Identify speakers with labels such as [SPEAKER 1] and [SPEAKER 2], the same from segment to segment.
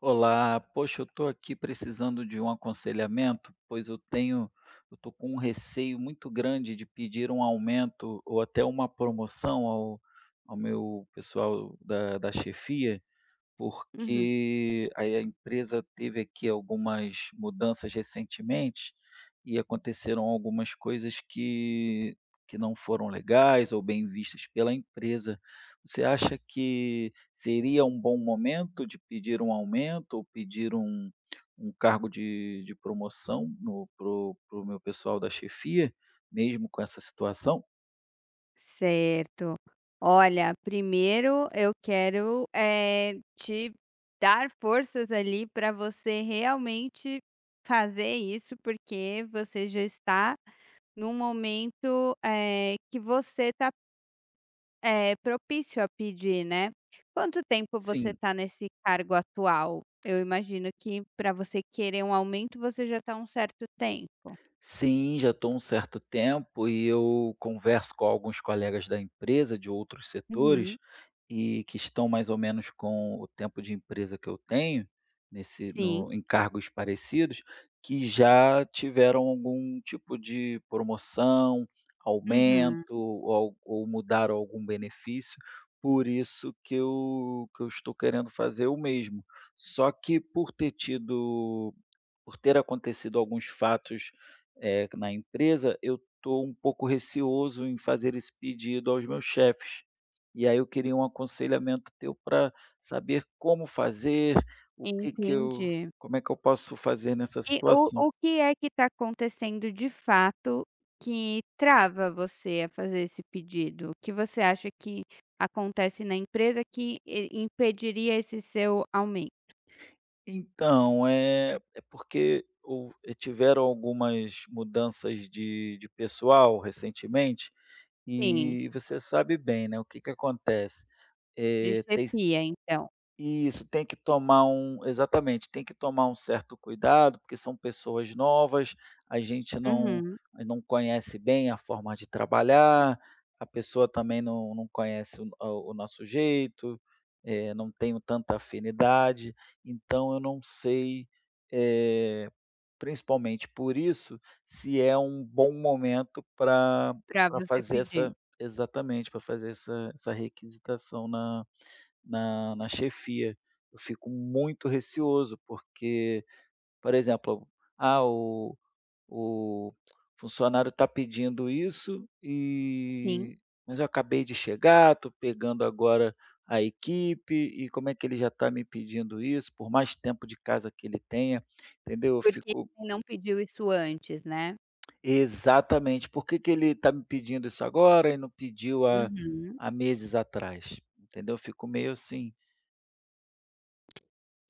[SPEAKER 1] Olá, poxa, eu estou aqui precisando de um aconselhamento, pois eu estou com um receio muito grande de pedir um aumento ou até uma promoção ao meu pessoal da chefia.
[SPEAKER 2] Uhum.
[SPEAKER 1] Porque aí a empresa teve aqui algumas mudanças recentemente e aconteceram algumas coisas que não foram legais ou bem vistas pela empresa. Você acha que seria um bom momento de pedir um aumento ou pedir um cargo de promoção no pro o para o meu pessoal da chefia, mesmo com essa situação?
[SPEAKER 2] Certo. Olha, primeiro eu quero, te dar forças ali para você realmente fazer isso, porque você já está num momento, que você está, propício a pedir, né. Quanto tempo você
[SPEAKER 1] Sim.
[SPEAKER 2] está nesse cargo atual? Eu imagino que, para você querer um aumento, você já está há um certo tempo.
[SPEAKER 1] Sim, já estou um certo tempo e eu converso com alguns colegas da empresa de outros setores
[SPEAKER 2] Uhum.
[SPEAKER 1] e que estão mais ou menos com o tempo de empresa que eu tenho, nesse
[SPEAKER 2] Sim.
[SPEAKER 1] no em cargos parecidos, que já tiveram algum tipo de promoção,
[SPEAKER 2] Uhum.
[SPEAKER 1] aumento ou mudaram algum benefício, por isso que eu estou querendo fazer o mesmo. Só que por ter acontecido alguns fatos, na empresa, eu estou um pouco receoso em fazer esse pedido aos meus chefes. E aí eu queria um aconselhamento teu para saber como fazer, o que que eu
[SPEAKER 2] Entendi.
[SPEAKER 1] como é que eu posso fazer nessa
[SPEAKER 2] E o
[SPEAKER 1] situação.
[SPEAKER 2] o que é que está acontecendo de fato que trava você a fazer esse pedido? O que você acha que acontece na empresa que i impediria esse seu aumento?
[SPEAKER 1] Então, é porque houve tiveram algumas mudanças de pessoal recentemente,
[SPEAKER 2] Sim,
[SPEAKER 1] e você sabe bem, né, o que que acontece,
[SPEAKER 2] de
[SPEAKER 1] eh, tem
[SPEAKER 2] chefia então.
[SPEAKER 1] isso, tem que tomar um exatamente, tem que tomar um certo cuidado, porque são pessoas novas, a gente não
[SPEAKER 2] Uhum.
[SPEAKER 1] não conhece bem a forma de trabalhar, a pessoa também não conhece o nosso jeito, não tenho tanta afinidade, então eu não sei, eh, principalmente por isso, se é um bom momento para
[SPEAKER 2] Pra
[SPEAKER 1] pra
[SPEAKER 2] você
[SPEAKER 1] fazer
[SPEAKER 2] pedir.
[SPEAKER 1] essa exatamente, para fazer essa requisitação na chefia. Eu fico muito receoso, porque, por exemplo, ah, o o funcionário está pedindo isso
[SPEAKER 2] Sim.
[SPEAKER 1] mas eu acabei de chegar, estou pegando agora a equipe e como é que ele já está me pedindo isso, por mais tempo de casa que ele tenha, entendeu? Eu
[SPEAKER 2] Porque
[SPEAKER 1] fico
[SPEAKER 2] ele não pediu isso antes, né?
[SPEAKER 1] Exatamente, por que que ele está me pedindo isso agora e não pediu
[SPEAKER 2] Uhum.
[SPEAKER 1] há meses atrás, entendeu? Eu fico meio assim.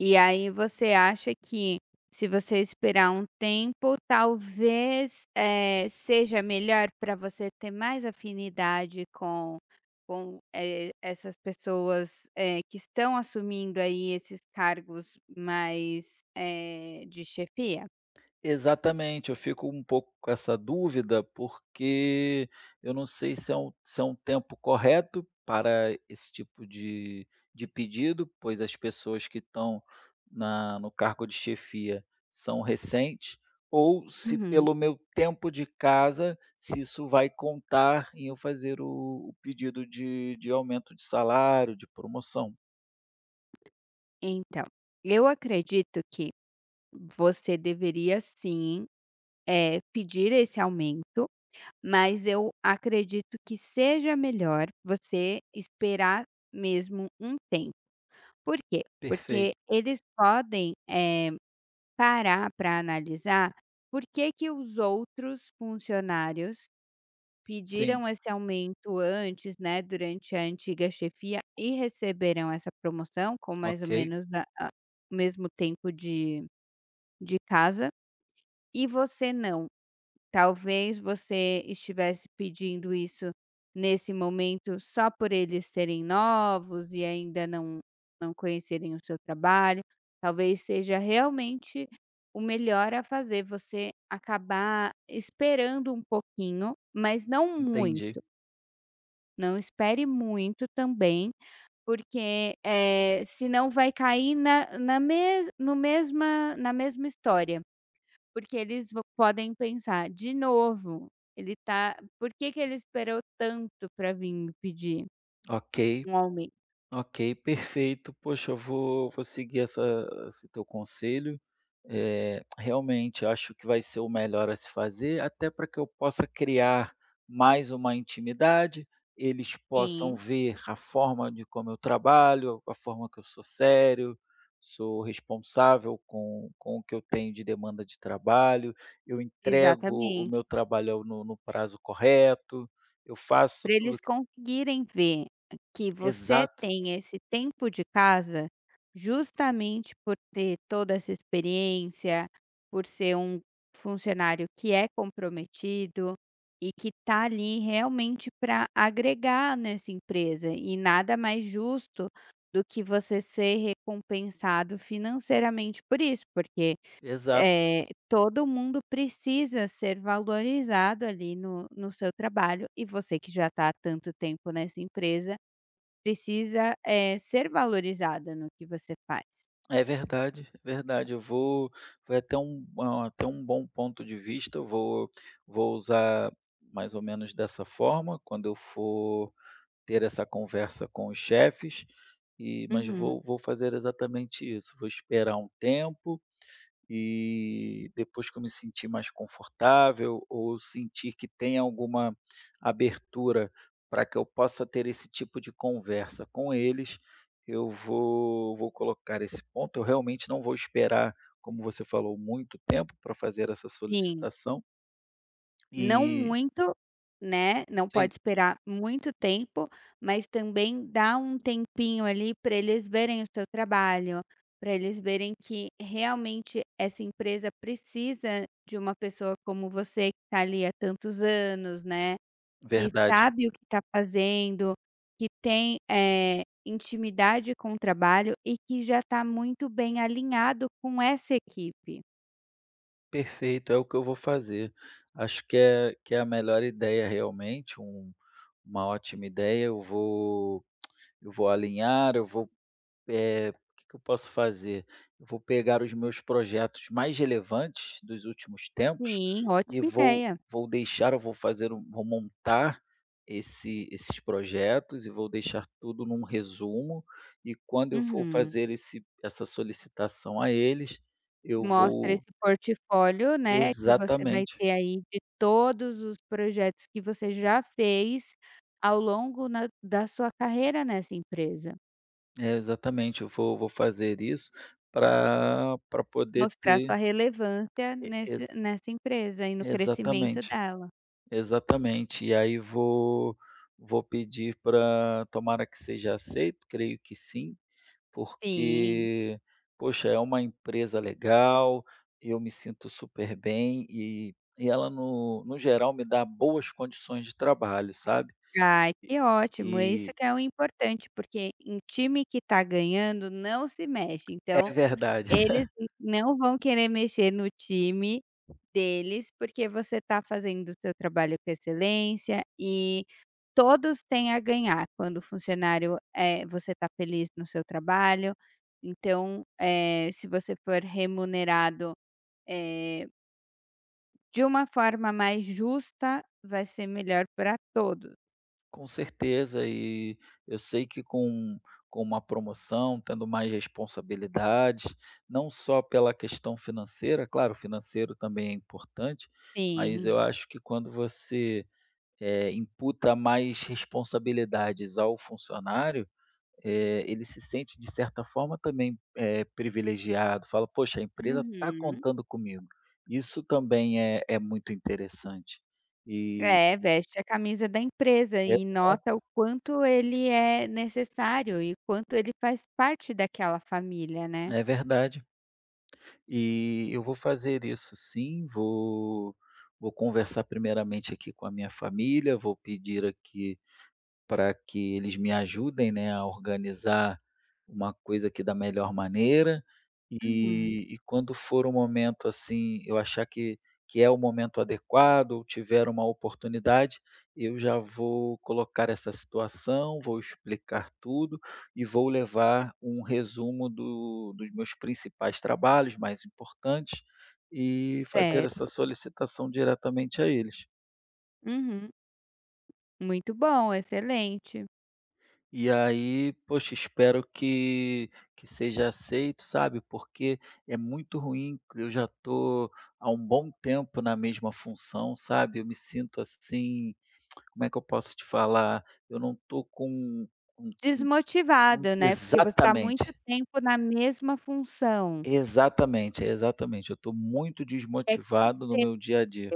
[SPEAKER 2] E aí você acha que, se você esperar um tempo, talvez, seja melhor para você ter mais afinidade com com essas pessoas, que estão assumindo aí esses cargos mais, de chefia?
[SPEAKER 1] Exatamente, eu fico um pouco com essa dúvida, porque eu não sei se é um tempo correto para esse tipo de pedido, pois as pessoas que estão na no cargo de chefia são recentes, ou se
[SPEAKER 2] Uhum.
[SPEAKER 1] pelo meu tempo de casa, se isso vai contar em eu fazer o pedido de aumento de salário, de promoção.
[SPEAKER 2] Então, eu acredito que você deveria sim, pedir esse aumento. Mas eu acredito que seja melhor você esperar mesmo um tempo. Por quê? Porque
[SPEAKER 1] Perfeito,
[SPEAKER 2] eles podem, parar para analisar por que que os outros funcionários
[SPEAKER 1] sim,
[SPEAKER 2] pediram esse aumento antes, né, durante a antiga chefia, e receberam essa promoção com mais ou
[SPEAKER 1] ok,
[SPEAKER 2] menos a o mesmo tempo de casa, e você não. Talvez você estivesse pedindo isso nesse momento só por eles serem novos e ainda não conhecerem o seu trabalho. Talvez seja realmente o melhor a fazer, você acabar esperando um pouquinho, mas não
[SPEAKER 1] entendi,
[SPEAKER 2] muito. Não espere muito também, porque, senão vai cair na na mes no mesma na mesma história. Porque eles vão podem pensar: "De novo, ele tá por que que ele esperou tanto para vir me pedir
[SPEAKER 1] ok.
[SPEAKER 2] um aumento?"
[SPEAKER 1] Ok, perfeito. Poxa, eu vou seguir essa esse teu conselho. Realmente acho que vai ser o melhor a se fazer, até para que eu possa criar mais uma intimidade, eles possam
[SPEAKER 2] Sim.
[SPEAKER 1] ver a forma de como eu trabalho, a forma que eu sou sério, sou responsável com o que eu tenho de demanda de trabalho, eu entrego o
[SPEAKER 2] Exatamente.
[SPEAKER 1] meu trabalho no prazo correto, eu faço
[SPEAKER 2] Para eles
[SPEAKER 1] tudo que...
[SPEAKER 2] conseguirem ver que você
[SPEAKER 1] Exato,
[SPEAKER 2] tem esse tempo de casa, justamente por ter toda essa experiência, por ser um funcionário que é comprometido e que está ali realmente para agregar nessa empresa, e nada mais justo do que você ser recompensado financeiramente por isso, porque,
[SPEAKER 1] exato.
[SPEAKER 2] todo mundo precisa ser valorizado ali no seu trabalho, e você, que já está há tanto tempo nessa empresa, precisa, ser valorizada no que você faz.
[SPEAKER 1] É verdade, é verdade. Eu vou Foi até um até um bom ponto de vista, eu vou usar mais ou menos dessa forma quando eu for ter essa conversa com os chefes, e mas
[SPEAKER 2] Uhum,
[SPEAKER 1] vou fazer exatamente isso, vou esperar um tempo, e depois que eu me sentir mais confortável ou sentir que tem alguma abertura para que eu possa ter esse tipo de conversa com eles, eu vou colocar esse ponto. Eu realmente não vou esperar, como você falou, muito tempo para fazer essa
[SPEAKER 2] sim.
[SPEAKER 1] solicitação.
[SPEAKER 2] Não
[SPEAKER 1] E
[SPEAKER 2] muito, né, não
[SPEAKER 1] sim,
[SPEAKER 2] pode esperar muito tempo, mas também dá um tempinho ali para eles verem o seu trabalho, para eles verem que realmente essa empresa precisa de uma pessoa como você, que está ali há tantos anos, né. Que
[SPEAKER 1] verdade.
[SPEAKER 2] sabe o que está fazendo, que tem, intimidade com o trabalho e que já está muito bem alinhado com essa equipe.
[SPEAKER 1] Perfeito, é o que eu vou fazer. Acho que é a melhor ideia realmente, uma ótima ideia. Eu vou alinhar, eu vou... o que que eu posso fazer? Eu vou pegar os meus projetos mais relevantes dos últimos tempos
[SPEAKER 2] Sim,
[SPEAKER 1] e
[SPEAKER 2] ótima
[SPEAKER 1] vou
[SPEAKER 2] ideia.
[SPEAKER 1] vou deixar eu vou fazer um vou montar esses projetos e vou deixar tudo num resumo, e quando eu for
[SPEAKER 2] Uhum.
[SPEAKER 1] fazer esse essa solicitação a eles, eu
[SPEAKER 2] Mostra
[SPEAKER 1] vou...
[SPEAKER 2] esse portfólio, né, que você vai
[SPEAKER 1] Exatamente,
[SPEAKER 2] ter aí de todos os projetos que você já fez ao longo na da sua carreira nessa empresa.
[SPEAKER 1] é, exatamente, eu vou fazer isso para poder
[SPEAKER 2] Mostrar
[SPEAKER 1] ter
[SPEAKER 2] sua relevância
[SPEAKER 1] e
[SPEAKER 2] nesse
[SPEAKER 1] ex
[SPEAKER 2] nessa empresa e no crescimento
[SPEAKER 1] exatamente.
[SPEAKER 2] dela.
[SPEAKER 1] Exatamente. E aí vou pedir para, tomara que seja aceito, creio que sim,
[SPEAKER 2] Sim.
[SPEAKER 1] porque, poxa, é uma empresa legal, eu me sinto super bem e ela no geral me dá boas condições de trabalho, sabe.
[SPEAKER 2] Ai,
[SPEAKER 1] E
[SPEAKER 2] que ótimo, é isso
[SPEAKER 1] e
[SPEAKER 2] que é o importante, porque um time que tá ganhando não se mexe, então
[SPEAKER 1] é verdade.
[SPEAKER 2] eles n não vão querer mexer no time deles, porque você tá fazendo o seu trabalho com excelência, e todos têm a ganhar quando o funcionário, é, você tá feliz no seu trabalho. Então, se você for remunerado, eh, de uma forma mais justa, vai ser melhor para todos.
[SPEAKER 1] Com certeza, e eu sei que com uma promoção, tendo mais responsabilidades, não só pela questão financeira, claro, o financeiro também é importante, mas
[SPEAKER 2] Sim.
[SPEAKER 1] eu acho que quando você, imputa mais responsabilidades ao funcionário, ele se sente de certa forma também, privilegiado, fala: "Poxa, a empresa tá
[SPEAKER 2] Uhum.
[SPEAKER 1] contando comigo". Isso também é muito interessante. E
[SPEAKER 2] É, veste a camisa da empresa e nota o
[SPEAKER 1] exato,
[SPEAKER 2] quanto ele é necessário e o quanto ele faz parte daquela família, né.
[SPEAKER 1] é verdade. E eu vou fazer isso sim, vou conversar primeiramente aqui com a minha família, vou pedir aqui para que eles me ajudem, né, a organizar uma coisa aqui da melhor maneira,
[SPEAKER 2] Uhum.
[SPEAKER 1] e quando for o momento, assim, eu achar que é o momento adequado ou tiver uma oportunidade, eu já vou colocar essa situação, vou explicar tudo e vou levar um resumo do dos meus principais trabalhos mais importantes e fazer essa
[SPEAKER 2] Certo.
[SPEAKER 1] solicitação diretamente a eles.
[SPEAKER 2] Uhum. Muito bom, excelente.
[SPEAKER 1] E aí, poxa, espero que seja aceito, sabe, porque é muito ruim, eu já tô há um bom tempo na mesma função, sabe, eu me sinto assim, como é que eu posso te falar? Eu não tô com com com...
[SPEAKER 2] Desmotivado, né, porque você está
[SPEAKER 1] Exatamente,
[SPEAKER 2] muito tempo na mesma função.
[SPEAKER 1] exatamente, exatamente, eu tô muito
[SPEAKER 2] É
[SPEAKER 1] desmotivado no
[SPEAKER 2] crescer.
[SPEAKER 1] meu dia a dia.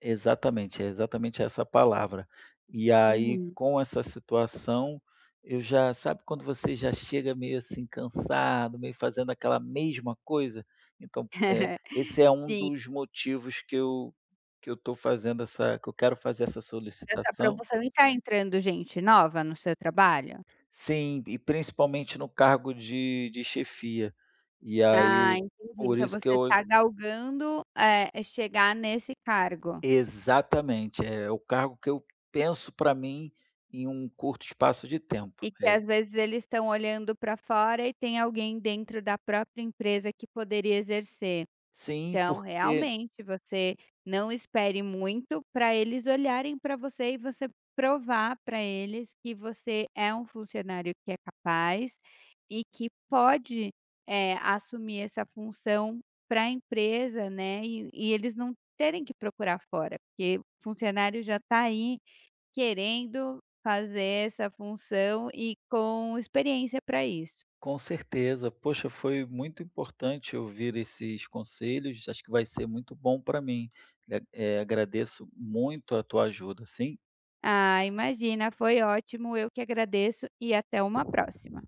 [SPEAKER 1] Exatamente, é exatamente essa palavra. E aí,
[SPEAKER 2] Uhum.
[SPEAKER 1] com essa situação, eu já... Sabe quando você já chega meio assim cansado, meio fazendo aquela mesma coisa? Então, esse é um
[SPEAKER 2] Sim,
[SPEAKER 1] dos motivos que eu estou fazendo essa que eu quero fazer essa
[SPEAKER 2] essa
[SPEAKER 1] solicitação.
[SPEAKER 2] promoção. E tá entrando gente nova no seu trabalho?
[SPEAKER 1] Sim, e principalmente no cargo de chefia. E
[SPEAKER 2] Ah,
[SPEAKER 1] aí,
[SPEAKER 2] entendi.
[SPEAKER 1] por
[SPEAKER 2] Então
[SPEAKER 1] isso que
[SPEAKER 2] você
[SPEAKER 1] eu
[SPEAKER 2] está galgando, chegar nesse cargo.
[SPEAKER 1] exatamente, é o cargo que eu penso para mim em um curto espaço de tempo.
[SPEAKER 2] E que
[SPEAKER 1] É...
[SPEAKER 2] às vezes eles estão olhando para fora e tem alguém dentro da própria empresa que poderia exercer.
[SPEAKER 1] Sim,
[SPEAKER 2] Então,
[SPEAKER 1] porque
[SPEAKER 2] realmente, você não espere muito para eles olharem para você, e você provar para eles que você é um funcionário que é capaz e que pode, assumir essa função para a empresa, né, e eles não terem que procurar fora, porque o funcionário já está aí querendo fazer essa função e com experiência para isso.
[SPEAKER 1] com certeza. Poxa, foi muito importante ouvir esses conselhos, acho que vai ser muito bom para mim. Agradeço muito a tua ajuda, sim.
[SPEAKER 2] Ah, imagina, foi ótimo, eu que agradeço, e até uma próxima.